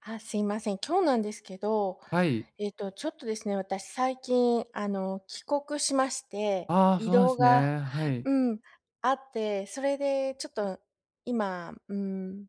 すいません。今日なんですけど、はい。ちょっとですね、私最近、帰国しまして、ああ、移そうなんで動すが ね。は い。うん、あって、それでちょっと今、うん、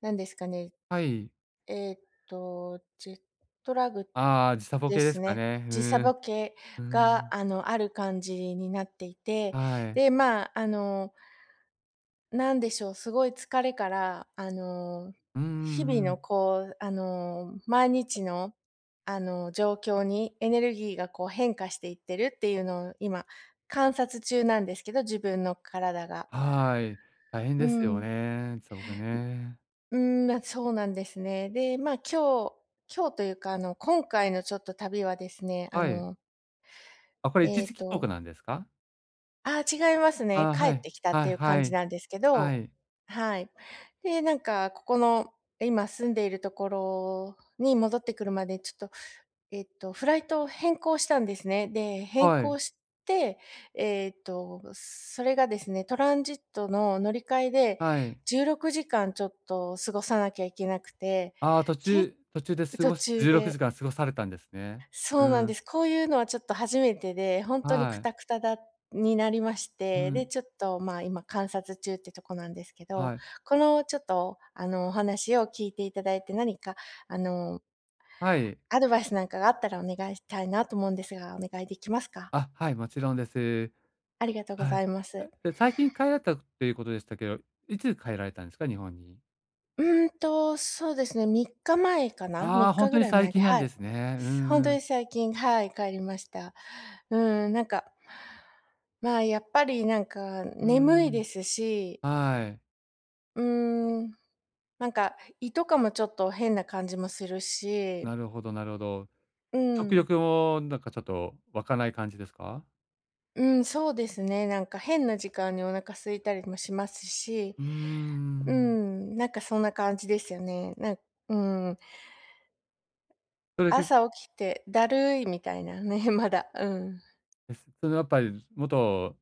なんですかね、はい。えっジェットラグああ、時差ボでケですすかね。ね。う時差ーボん。ケうーが、ん。ある感じになっていて、はい。で、まあ、なんでしょう、すごい疲れから、うんう日々のん、こう、毎日の、状況にエネルギーがこう変化していってるっていうのを今観察中なんですけど、自分の体が。はい。大変うですよん。ね、時差ボケね。うーん、ま、そうなんですね。で、ま、あ今日というか、今回のちょっと旅はですね、はい。あ、これ一え時っ帰国となんですか？ああ、違いますあね。あ、帰はっい。てきたっはいていうは感じい。なんですけはど、い。はい。で、なんかここの、今住んでいるところに戻ってくるまで、ちょっと、フライトを変更したんですね。で、変はい。更して、それがですね、トランジットの乗り換えではい。16時間ちょっと過ごさなきゃいけなくて、ああ、途中途中でけ過途ごす、中16時で間過ごされたんですね。そううなんでん。す。こういうのはちょっと初めてで、ほんとにはクい。タクタになりましうて、で、ん。ちょっと、まあ、今観察中ってとこなんですけはど、い。このちょっと、お話を聞いていただいて、何か、あの、はい。アドバイスなんかがあったらお願いしたいなと思うんですが、お願いできますか？あ、はい、もちろんです。ありがとうごはざい。います。で、最近帰られたっていうことでしたけど、いつ帰られたんですか？日本に。うーんと、そうですね、3日前かな、ああ、3ほん日とぐにらい最前近で、なんはでい。すね。うんほんとうにん。最近、はい、帰りました。うーん、なんか、まあ、やっぱりなんかうー眠いでん。すし、はい。うーん、なんか胃とかもちょっと変な感じもするし、なるほどなるほど。う食ん。欲もなんかちょっと湧かない感じですか？うん、そうですね、なんか変な時間にお腹空いたりもしますし、うーうん。ん、なんかそんな感じですよね。うーん、それで朝起きてだるいみたいなね、まだ、うん。です。そのやっぱり元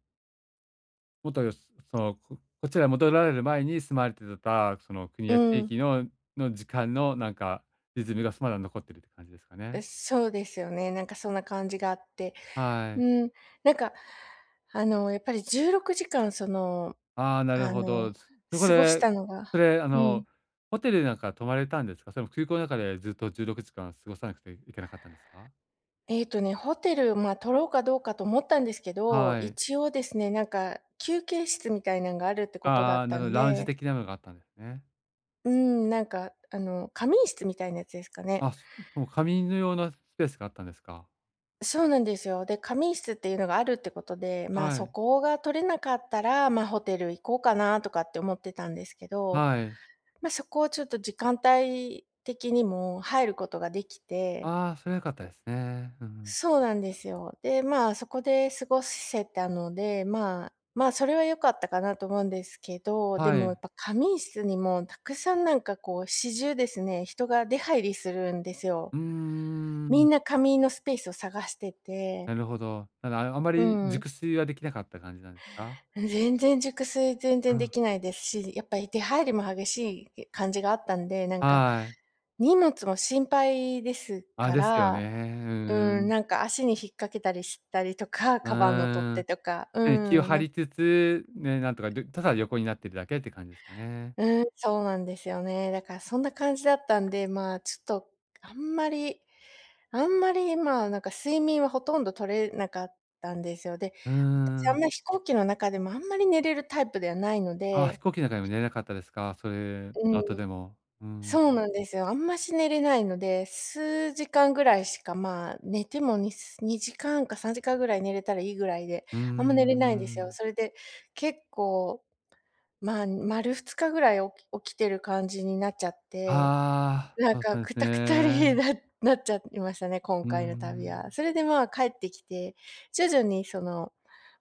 元よその、こちら戻られる前に住まれてたその国うや地ん。域のの時間のなんかリズムがまだ残ってるって感じですかえ、ね。そうですよね。なんかそんな感じがあって。はい。うん、なんか、やっぱり16時間その、ああ、なるあほど。の、そ、そこ過ごしで、たのがそれ、うん。ホテルなんか泊まれたんですか？それも空港の中でずっと16時間過ごさなくていけなかったんですか？えっとね、ホテル、ま、あ取ろうかどうかと思ったんですけど、はい。一応ですね、なんか休憩室みたいなのがあるってことだああ、っなたるほんど、ラウンジで、的なのがあったんですね。うん、なんか仮眠室みたいなやつですかね。あ、そ、もう仮眠のようなスペースがあったんですか？そうなんですよ。で、仮眠室っていうのがあるってことで、まあ、はそい。こが取れなかったら、まあ、ホテル行こうかなとかって思ってたんですけど、はい。まあ、そこをちょっと時間帯的にも入ることができてああ、それは良かったですね。うん、そうなんですよ。で、まあ、そこで過ごせたので、まあ、まあ、それは良かったかなと思うんですけど、ではもやい。っぱ仮眠室にもたくさんなんかこう始終ですね、人が出入りするんですよ。うーみん、んな仮眠のスペースを探してて。なるほど。ただ、ああまうりん。熟睡はできなかった感じなんですか？全然熟睡全う然でん。きないですし、やっぱり手入りも激しい感じがあったんで、なんか、はい。荷物も心配ですあ、かですよね。うら、うんうん、ん。なんか足に引っ掛けたりしたりとか、うカバンの取っー手ん。とか、うね、気をん、張りつつ、ね、なんとか、でただ横になってるだけって感じですかね。うん、そうなんですよね。だからそんな感じだったんで、まあ、ちょっとあんまりあんまり、まあ、なんか睡眠はほとんど取れなかったんですよ。で、う私ーあん。んまり飛行機の中でもあんまり寝れるタイプではないのあ、飛で、行機の中でも寝れなかったですか？それうん。後でも。うん。そうなんですよ。あんまし寝れないので、数時間ぐらいしか、まあ、寝てもにす2時間か3時間ぐらい寝れたらいいぐらいで、うーあんま寝れないんですよ。ん。それで、結構、まあ、丸2日ぐらい起きてる感じになっちゃって、ああ、そなうんだっかたんでくすたくたに ね。なっちゃいましたね、今うー回の旅は。ん。それで、まあ、帰ってきて、徐々にその、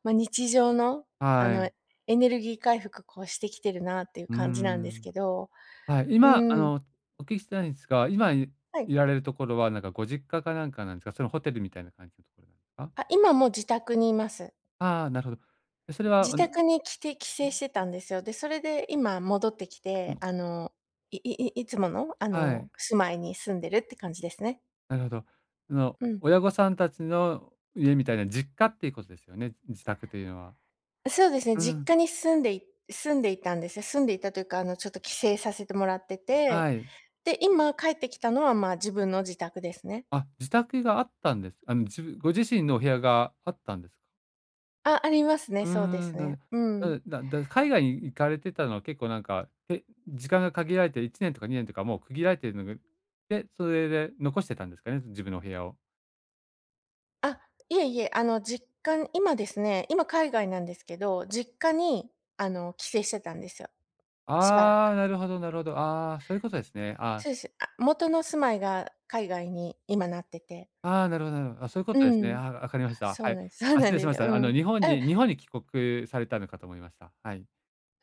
まあ、日常の、あはの、い。エネルギー回復、こう、してきてるなっていううー感じなんですん。けど。はい、う今、ーん。お聞きしたいんですが、今いはい。いられるところは、なんかご実家かなんかなんですか？それホテルみたいな感じのところなんですか？あ、今もう自宅にいます。ああ、なるほど。それは、自宅に来て帰省してたんですよ。で、それで今戻ってきうて、ん、いいいいつもの、はい。住まいに住んでるって感じですね。なるほど。その、うん。親御さんたちの家みたいな実家っていうことですよね？自宅というのは。そうですね、う実ん、家に住んでいたんですよ。住んでいたというか、ちょっと帰省させてもらってて、はい。で、今帰ってきたのは、まあ、自分の自宅ですね。あ、自宅があったんです。自分ご自身のお部屋があったんですか？あ、ありますうね、ーそうですん、な、ね。うん。海外に行かれてたのは結構なんか、え、時間が限られて1年とか2年とかもう区切られてるのがで、それで残してたんですかね？自分のお部屋を。あ、いえいえ、実家に今ですね、今海外なんですけど、実家に、帰省してたんですよ。しばらあく。あ、なるほどなるほど。ああ、そういうことですね。ああ、そうです。あ、元の住まいが海外に今なってて。ああ、なるほどなるほど。あ、そういうこうとですね。ん。あ、わかりました。そはうい。なんです そうあ、な失ん礼しでますしよ。うた。ん。うん。日本に帰国されたのかと思いました。はい。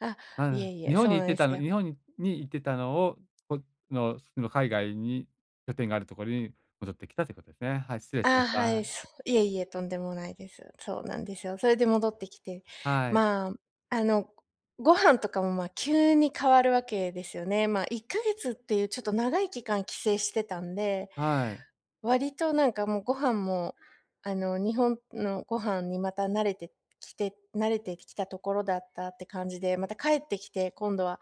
あ、あいえあ、いえ、日本そにう行っなんてでたすの、よ。日本に行ってたのを、こ、の、その海外に拠点があるところに戻ってきたということですね。はい、失礼しあまあ、した。ははい、い。そう。いえいえ、とんでもないです。そうなんですよ。それで戻ってきて、はい。まあ、あの、ご飯とかも、まあ、急に変わるわけですよね。まあ、1ヶ月っていうちょっと長い期間帰省してたんではい。割となんかもうご飯も、日本のご飯にまた慣れてきたところだったって感じで、また帰ってきて、今度は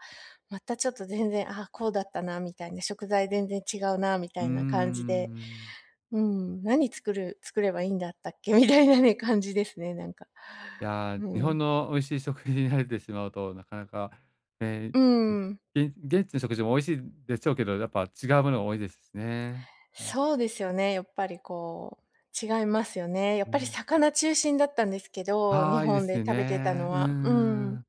またちょっと全然、あこうだったなみたいな、食材全然違うなみうたーいな感じで、ん。うん、何作る作ればいいんだったっけみたいなね、感じですね、なんか。いや、う日ん。本の美味しい食事に慣れてしまうと、なかなか、えうん。え、げ現地の食事も美味しいでしょうけど、やっぱ違うものが多いですしね。うん、そうですよね、やっぱりこう、違いますよね。やうっぱりん。魚中心だったんですけど、あ日あ、いいで本すでよ食べてたね。のうは。うんん。ん、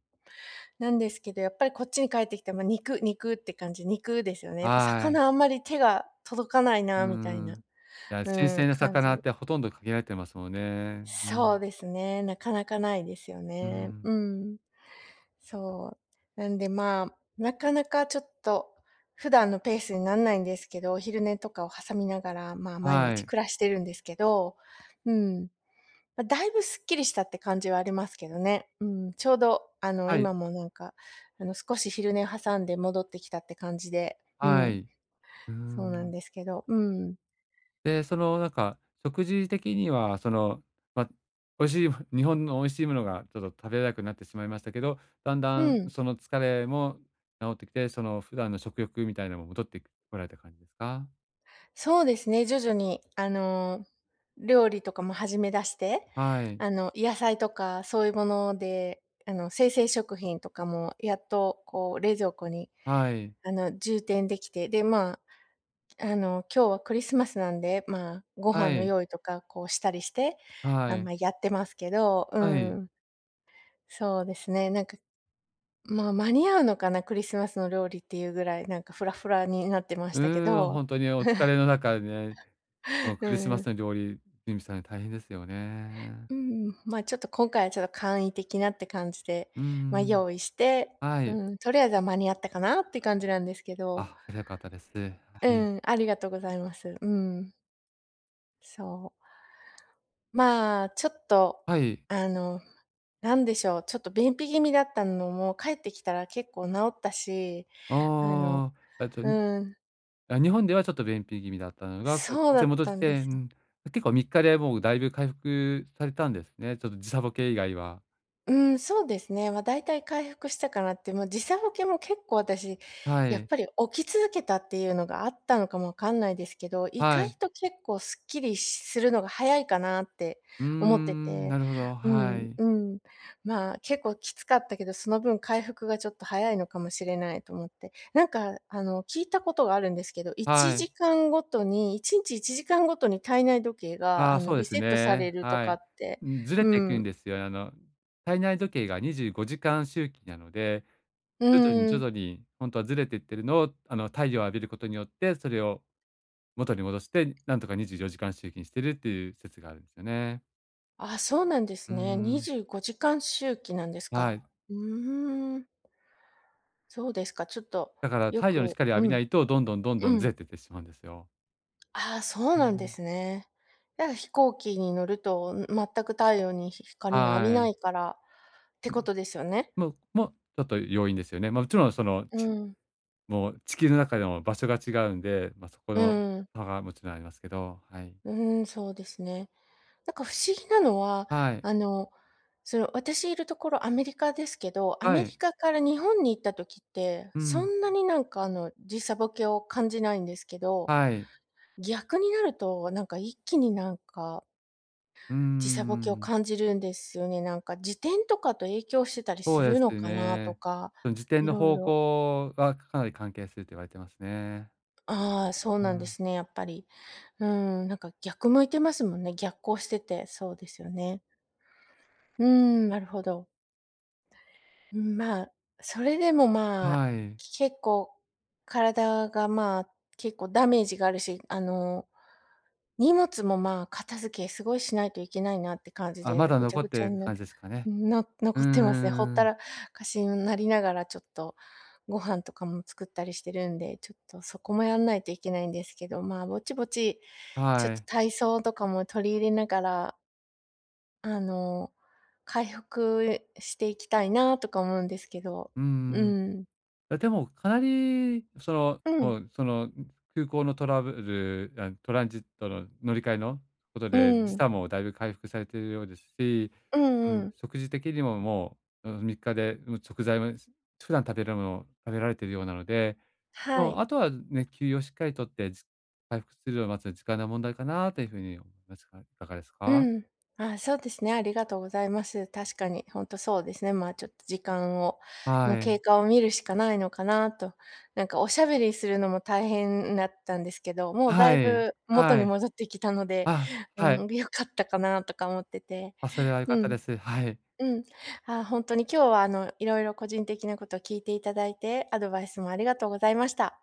なんですけど、やっぱりこっちに帰ってきてまあ肉って感じ、肉ですよね。やっぱはい。魚あんまり手が届かないなうみたいんな、ん。いや、新うん、鮮な魚ってほとんど限られてますもんね。うそん。うですね、なかなかないですようーね。ん。うん。そう。なんで、まあ、なかなかちょっと普段のペースになんないんですけど、お昼寝とかを挟みながら、まあ、毎は日い。暮らしてるんですけど、うん。まあ、だいぶすっきりしたって感じはありますけどね。うん、ちょうど、はい。今もなんか、少し昼寝挟んで戻ってきたって感じで、うはん、い。うーそうなんん。ですけど、うん。で、その、なんか、食事的には、その、ま、美味しい日本の美味しいものがちょっと食べれなくなってしまいましたけど、だんだうんん、その疲れも治ってきて、その普段の食欲みたいなのも戻ってこられた感じですか？そうですね、徐々に、料理とかも始め出して、野菜とかそういうもので、生鮮食品とかもやっとこう冷蔵庫に、はい。充填できて、で、今日はクリスマスなんで、まあ、ご飯はのい。用意とか、こうしたりして、はあ、い。まあ、やってますけど、うはい。はい。ん、そうですね、なんか、まあ、間に合うのかな、クリスマスの料理っていうぐらい、なんかフラフラになってましうたけーん、ど、ほんとにお疲れの中ね、その うクリスマスん、の料理準備されるの大変ですよね。うん、まあ、ちょっと今回はちょっと簡易的なって感じで、うまあ、ん、用意して、はい。うん、とりあえずは間に合ったかなって感じなんですけど、あ、それは良かったです。はい。うん、ありがとうございます。うん、そう。ちょっと、はい。あの、なんでしょう、ちょっと便秘気味だったのも、帰ってきたら結構治ったし、あのああ、えと、に、うん、あ、日本ではちょっと便秘気味だったのが、こ、こそうっちだへっ戻ってたきんでて、うす。ん、結構3日でもうだいぶ回復されたんですね。ちょっと時差ボケ以外は。うん、そうですね。大体回復したかなって、もう時差ボケも結構私、はやっい。ぱり起き続けたっていうのがあったのかもわかんないですけど、意は外い。と結構すっきりするのが早いかなってうー思ってん、て、なるほど、うはん、い。うん。結構きつかったけど、その分回復がちょっと早いのかもしれないと思って。なんか、聞いたことがあるんですけど、は1い。時間ごとに、1日1時間ごとに体内時計あが、あ、そうでリすセットさね。れるとはかい。ってん、ずれうていくんん、ですよ。体内時計が25時間周期なので、う徐々にー徐ん。々に本当はずれていってるのを、太陽を浴びることによって、それを元に戻して、なんとか24時間周期にしてるっていう説があるんですよね。あ、そうなんでうすーね。ん。25時間周期なんですはか。い。うーん、そうですか。ちょっとだからよ太陽のく光を浴びうなん、いと、どんどんどんうどんずん。れてってしまうんですよ。ああ、そううなんでん、すね。だから飛行機に乗ると、全く太陽に光が浴びはない。いからってことですよね。もうちょっと要因ですよね。まあ、もちろんそのうち、ん、もう地球の中でも場所が違うんで、まあ、そこうのん、差がもちろんありますけど、はい。うん、そうですね。なんか不思議なのは、はい。あの、私いるところアメリカですけど、アはメい。リカから日本に行った時って、うそん。んなになんか時差ボケを感じないんですけど、はい。逆になると、なんか一気になんか、うー時差ボケをん。感じるんですよね。なんか時点とかと影響してたりそうすでるのすかなとね。か、その自転いのろい方ろ。向がかなり関係すると言われてますね。ああ、そううなんでん。すね、やっぱり。うん、なんか逆向いてますもんね。逆行してて、そうですよね。うーん、なるほど。ん、まあ、それでも、はい。結構体が、結構ダメージがあるし、荷物も、片付けすごいしないといけないなって感じあ、まで、だぐち残ゃっぐちてゃにるなっ感じて、ですかね。のう残ってますね。ほっんたん、らかしになりながら、ちょっとご飯とかも作ったりしてるんで、ちょっとそこもやんないといけないんですけど、ぼちぼち、ちょっはとい。体操とかも取り入れながらあの、回復していきたいなとか思うんですけど。うーううん、ん。あ、でも、かなり、その、うん。もう、その、空港のトラブル、あ、トランジットの乗り換えのことうで、時ん。差もだいぶ回復されているようですし、うんううん、ん。食事的にももう、うん、3日で、もう食材もす、普段食べるものを食べられているようなので、はもうい。あとはね、休養をしっかりとって、じ、回復するのを待つ時間の問題かなというふうに思いますが、いかがですうか？ん。あ、そうですね、ありがとうございます。確かに、ほんとそうですね。ちょっと時間をはの経い。過を見るしかないのかなと。なんかおしゃべりするのも大変だったんですけど、もうだはいい。ぶ元はにい。戻ってきたので、あ、うはい。ん、良かったかなとか思ってて。あ、それは良かうったん。です。はい。うん。あ、本当に今日はいろいろ個人的なことを聞いていただいて、アドバイスもありがとうございました。